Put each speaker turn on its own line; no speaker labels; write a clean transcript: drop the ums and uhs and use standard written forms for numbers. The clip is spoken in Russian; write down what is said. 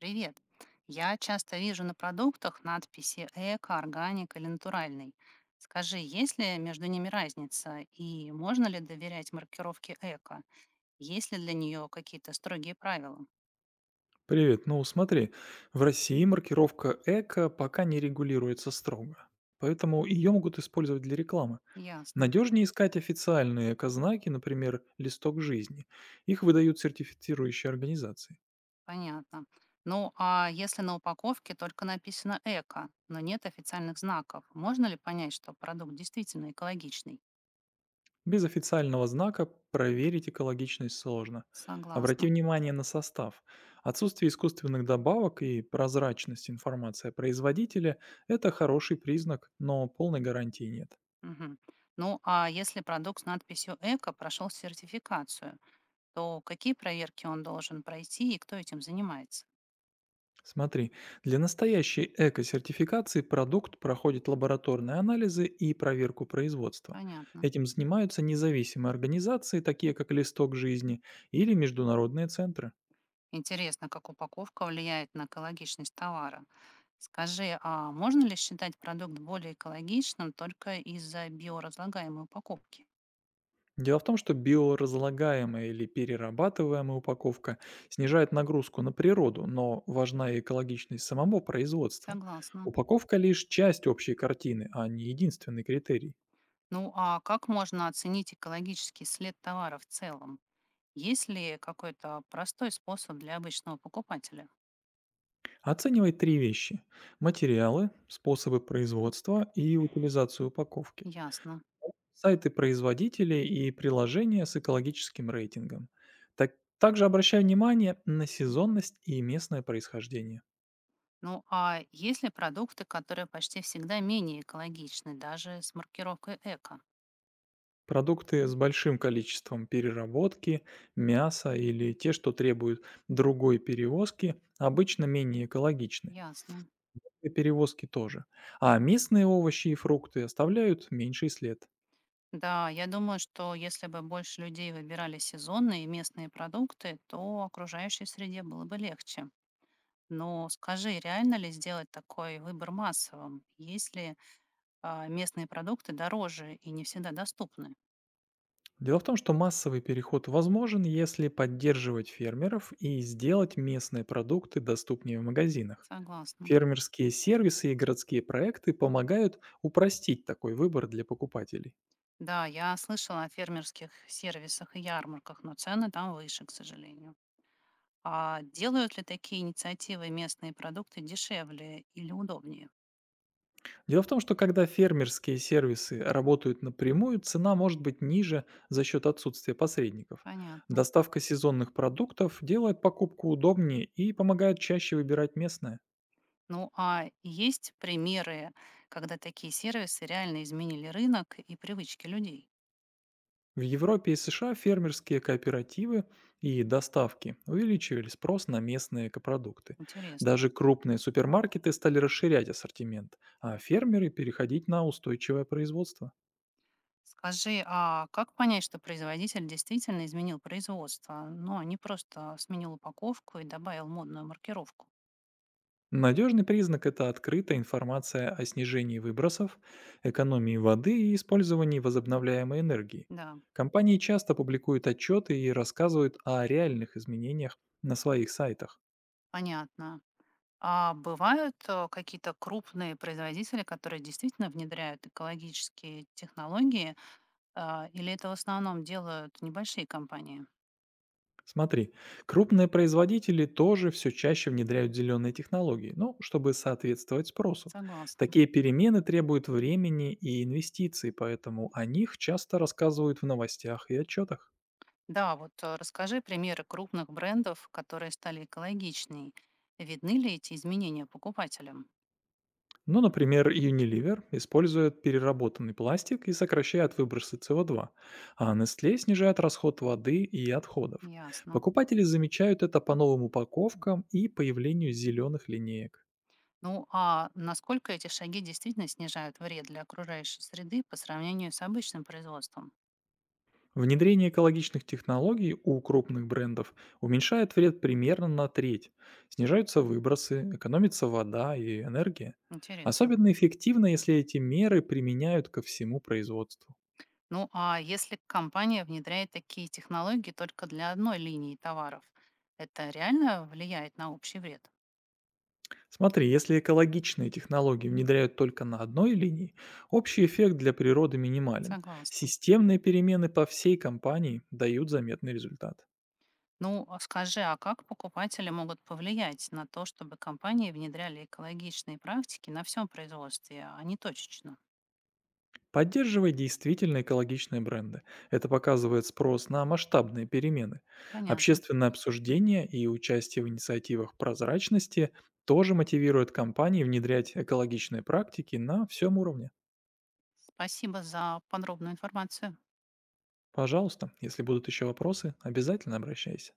Привет. Я часто вижу на продуктах надписи «эко», «органик» или «натуральный». Скажи, есть ли между ними разница и можно ли доверять маркировке «эко»? Есть ли для нее какие-то строгие правила?
Привет. Ну, смотри, в России маркировка «эко» пока не регулируется строго, поэтому ее могут использовать для рекламы.
Ясно,
Надежнее искать официальные эко-знаки, например, «Листок жизни». Их выдают сертифицирующие организации.
понятно. Ну, а если на упаковке только написано «эко», но нет официальных знаков, можно ли понять, что продукт действительно экологичный?
Без официального знака проверить экологичность сложно. Обрати
Согласна.
внимание на состав. Отсутствие искусственных добавок и прозрачность информации о производителе – это хороший признак, но полной гарантии нет.
Мгм. Ну, а если продукт с надписью «эко» прошел сертификацию? То какие проверки он должен пройти и кто этим занимается?
Смотри, для настоящей эко-сертификации продукт проходит лабораторные анализы и проверку производства.
Понятно.
Этим занимаются независимые организации, такие как «Листок жизни» или международные центры.
Интересно, как упаковка влияет на экологичность товара. Скажи, а можно ли считать продукт более экологичным только из-за биоразлагаемой упаковки?
Дело в том, что биоразлагаемая или перерабатываемая упаковка снижает нагрузку на природу, но важна и экологичность самого производства.
Согласна.
Упаковка лишь часть общей картины, а не единственный критерий.
Ну а как можно оценить экологический след товара в целом? Есть ли какой-то простой способ для обычного покупателя?
Оценивай три вещи – материалы, способы производства и утилизацию упаковки,
Ясно.
сайты производителей и приложения с экологическим рейтингом. Также обращай внимание на сезонность и местное происхождение.
Ну а есть ли продукты, которые почти всегда менее экологичны, даже с маркировкой эко?
Продукты с большим количеством переработки, мяса или те, что требуют другой перевозки, обычно менее экологичны.
Ясно.
И перевозки тоже. А местные овощи и фрукты оставляют меньший след.
Да, я думаю, что если бы больше людей выбирали сезонные и местные продукты, то окружающей среде было бы легче. Но скажи, реально ли сделать такой выбор массовым, если местные продукты дороже и не всегда доступны?
Дело в том, что массовый переход возможен, если поддерживать фермеров и сделать местные продукты доступнее в магазинах.
Согласна.
Фермерские сервисы и городские проекты помогают упростить такой выбор для покупателей.
Да, я слышала о фермерских сервисах и ярмарках, но цены там выше, к сожалению. А делают ли такие инициативы местные продукты дешевле или удобнее?
Дело в том, что когда фермерские сервисы работают напрямую, цена может быть ниже за счет отсутствия посредников.
Понятно.
Доставка сезонных продуктов делает покупку удобнее и помогает чаще выбирать местное.
Ну, а есть примеры, когда такие сервисы реально изменили рынок и привычки людей?
В Европе и США фермерские кооперативы и доставки увеличивали спрос на местные продукты.
Интересно.
Даже крупные супермаркеты стали расширять ассортимент, а фермеры переходить на устойчивое производство.
Скажи, а как понять, что производитель действительно изменил производство, ну, а не просто сменил упаковку и добавил модную маркировку?
Надежный признак – это открытая информация о снижении выбросов, экономии воды и использовании возобновляемой энергии.
Да,
Компании часто публикуют отчеты и рассказывают о реальных изменениях на своих сайтах.
понятно. А бывают какие-то крупные производители, которые действительно внедряют экологические технологии, или это в основном делают небольшие компании?
Смотри, крупные производители тоже все чаще внедряют зеленые технологии, ну, чтобы соответствовать спросу.
Согласна.
Такие перемены требуют времени и инвестиций, поэтому о них часто рассказывают в новостях и отчетах.
Да, вот расскажи примеры крупных брендов, которые стали экологичнее. Видны ли эти изменения покупателям?
Ну, например, Unilever использует переработанный пластик и сокращает выбросы СО2, а Nestle снижает расход воды и отходов.
Ясно.
Покупатели замечают это по новым упаковкам и появлению зеленых линеек.
Ну а насколько эти шаги действительно снижают вред для окружающей среды по сравнению с обычным производством?
Внедрение экологичных технологий у крупных брендов уменьшает вред примерно на треть. Снижаются выбросы, экономится вода и энергия.
Интересно.
Особенно эффективно, если эти меры применяют ко всему производству.
Ну а если компания внедряет такие технологии только для одной линии товаров, это реально влияет на общий вред?
Смотри, если экологичные технологии внедряют только на одной линии, общий эффект для природы минимален.
Согласна.
Системные перемены по всей компании дают заметный результат.
Ну, а скажи, а как покупатели могут повлиять на то, чтобы компании внедряли экологичные практики на всем производстве, а не точечно?
Поддерживай действительно экологичные бренды. Это показывает спрос на масштабные перемены.
Понятно.
Общественное обсуждение и участие в инициативах прозрачности тоже мотивирует компании внедрять экологичные практики на всем уровне.
Спасибо за подробную информацию.
Пожалуйста, если будут еще вопросы, обязательно обращайся.